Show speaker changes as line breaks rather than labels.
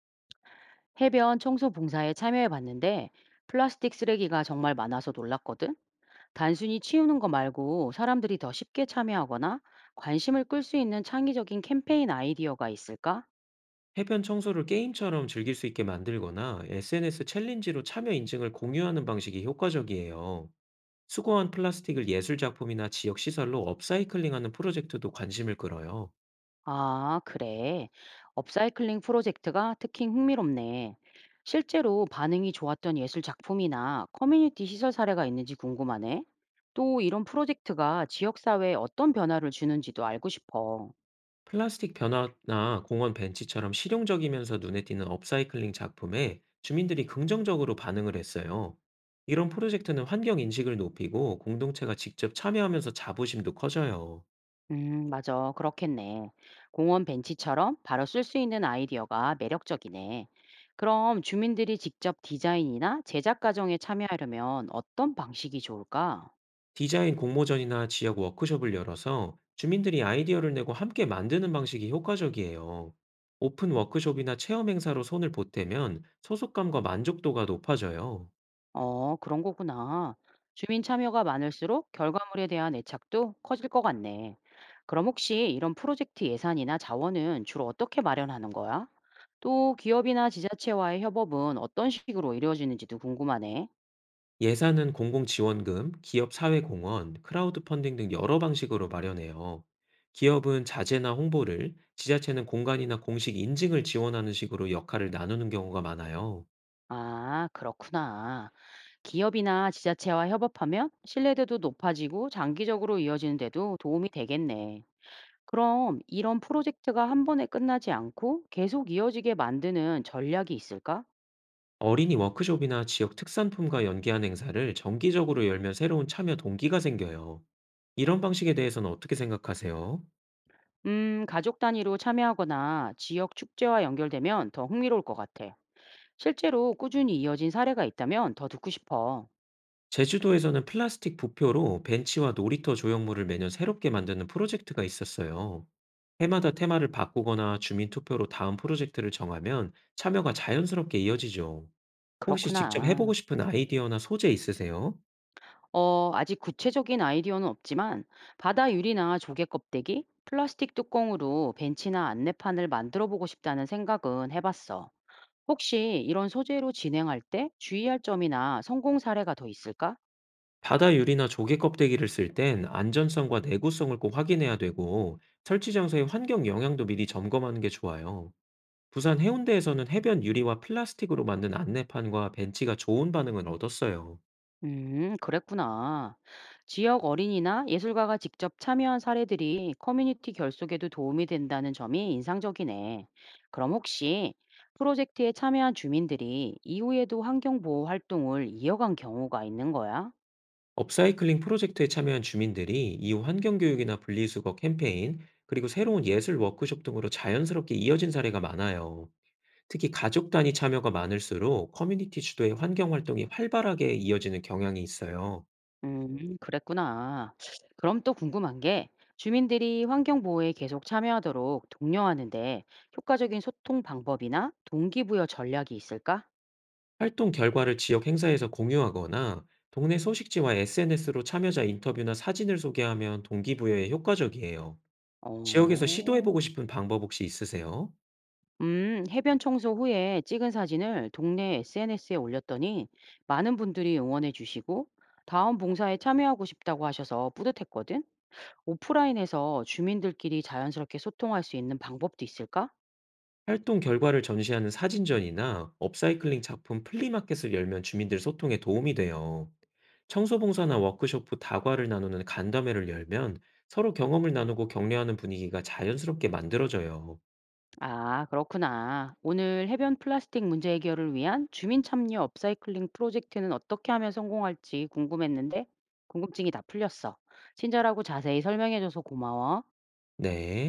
해변 청소 봉사에 참여해 봤는데 플라스틱 쓰레기가 정말 많아서 놀랐거든. 단순히 치우는 거 말고 사람들이 더 쉽게 참여하거나 관심을 끌 수 있는 창의적인 캠페인 아이디어가 있을까?
해변 청소를 게임처럼 즐길 수 있게 만들거나 SNS 챌린지로 참여 인증을 공유하는 방식이 효과적이에요. 수거한 플라스틱을 예술 작품이나 지역 시설로 업사이클링하는 프로젝트도 관심을 끌어요.
아, 그래. 업사이클링 프로젝트가 특히 흥미롭네. 실제로 반응이 좋았던 예술 작품이나 커뮤니티 시설 사례가 있는지 궁금하네. 또 이런 프로젝트가 지역사회에 어떤 변화를 주는지도 알고 싶어.
플라스틱 변화나 공원 벤치처럼 실용적이면서 눈에 띄는 업사이클링 작품에 주민들이 긍정적으로 반응을 했어요. 이런 프로젝트는 환경 인식을 높이고 공동체가 직접 참여하면서 자부심도 커져요.
맞아. 그렇겠네. 공원 벤치처럼 바로 쓸 수 있는 아이디어가 매력적이네. 그럼 주민들이 직접 디자인이나 제작 과정에 참여하려면 어떤 방식이 좋을까?
디자인 공모전이나 지역 워크숍을 열어서 주민들이 아이디어를 내고 함께 만드는 방식이 효과적이에요. 오픈 워크숍이나 체험 행사로 손을 보태면 소속감과 만족도가 높아져요.
어, 그런 거구나. 주민 참여가 많을수록 결과물에 대한 애착도 커질 것 같네. 그럼 혹시 이런 프로젝트 예산이나 자원은 주로 어떻게 마련하는 거야? 또 기업이나 지자체와의 협업은 어떤 식으로 이루어지는지도 궁금하네.
예산은 공공지원금, 기업 사회공헌, 크라우드 펀딩 등 여러 방식으로 마련해요. 기업은 자재나 홍보를, 지자체는 공간이나 공식 인증을 지원하는 식으로 역할을 나누는 경우가 많아요.
아, 그렇구나. 기업이나 지자체와 협업하면 신뢰도도 높아지고 장기적으로 이어지는 데도 도움이 되겠네. 그럼 이런 프로젝트가 한 번에 끝나지 않고 계속 이어지게 만드는 전략이 있을까?
어린이 워크숍이나 지역 특산품과 연계한 행사를 정기적으로 열면 새로운 참여 동기가 생겨요. 이런 방식에 대해서는 어떻게 생각하세요?
가족 단위로 참여하거나 지역 축제와 연결되면 더 흥미로울 것 같아. 실제로 꾸준히 이어진 사례가 있다면 더 듣고 싶어.
제주도에서는 플라스틱 부표로 벤치와 놀이터 조형물을 매년 새롭게 만드는 프로젝트가 있었어요. 해마다 테마를 바꾸거나 주민 투표로 다음 프로젝트를 정하면 참여가 자연스럽게 이어지죠. 혹시 직접
그렇구나.
해보고 싶은 아이디어나 소재 있으세요?
어, 아직 구체적인 아이디어는 없지만 바다 유리나 조개 껍데기, 플라스틱 뚜껑으로 벤치나 안내판을 만들어 보고 싶다는 생각은 해봤어. 혹시 이런 소재로 진행할 때 주의할 점이나 성공 사례가 더 있을까?
바다 유리나 조개 껍데기를 쓸 땐 안전성과 내구성을 꼭 확인해야 되고, 설치 장소의 환경 영향도 미리 점검하는 게 좋아요. 부산 해운대에서는 해변 유리와 플라스틱으로 만든 안내판과 벤치가 좋은 반응을 얻었어요.
그랬구나. 지역 어린이나 예술가가 직접 참여한 사례들이 커뮤니티 결속에도 도움이 된다는 점이 인상적이네. 그럼 혹시 프로젝트에 참여한 주민들이 이후에도 환경보호 활동을 이어간 경우가 있는 거야?
업사이클링 프로젝트에 참여한 주민들이 이후 환경 교육이나 분리수거 캠페인, 그리고 새로운 예술 워크숍 등으로 자연스럽게 이어진 사례가 많아요. 특히 가족 단위 참여가 많을수록 커뮤니티 주도의 환경 활동이 활발하게 이어지는 경향이 있어요.
그랬구나. 그럼 또 궁금한 게 주민들이 환경 보호에 계속 참여하도록 독려하는데 효과적인 소통 방법이나 동기부여 전략이 있을까?
활동 결과를 지역 행사에서 공유하거나 동네 소식지와 SNS로 참여자 인터뷰나 사진을 소개하면 동기부여에 효과적이에요. 지역에서 시도해보고
어,
싶은 방법 혹시 있으세요?
해변 청소 후에 찍은 사진을 동네 SNS에 올렸더니 많은 분들이 응원해 주시고 다음 봉사에 참여하고 싶다고 하셔서 뿌듯했거든. 오프라인에서 주민들끼리 자연스럽게 소통할 수 있는 방법도 있을까?
활동 결과를 전시하는 사진전이나 업사이클링 작품 플리마켓을 열면 주민들 소통에 도움이 돼요. 청소봉사나 워크숍 후 다과를 나누는 간담회를 열면 서로 경험을 나누고 격려하는 분위기가 자연스럽게 만들어져요.
아, 그렇구나. 오늘 해변 플라스틱 문제 해결을 위한 주민 참여 업사이클링 프로젝트는 어떻게 하면 성공할지 궁금했는데 궁금증이 다 풀렸어. 친절하고 자세히 설명해줘서 고마워.
네.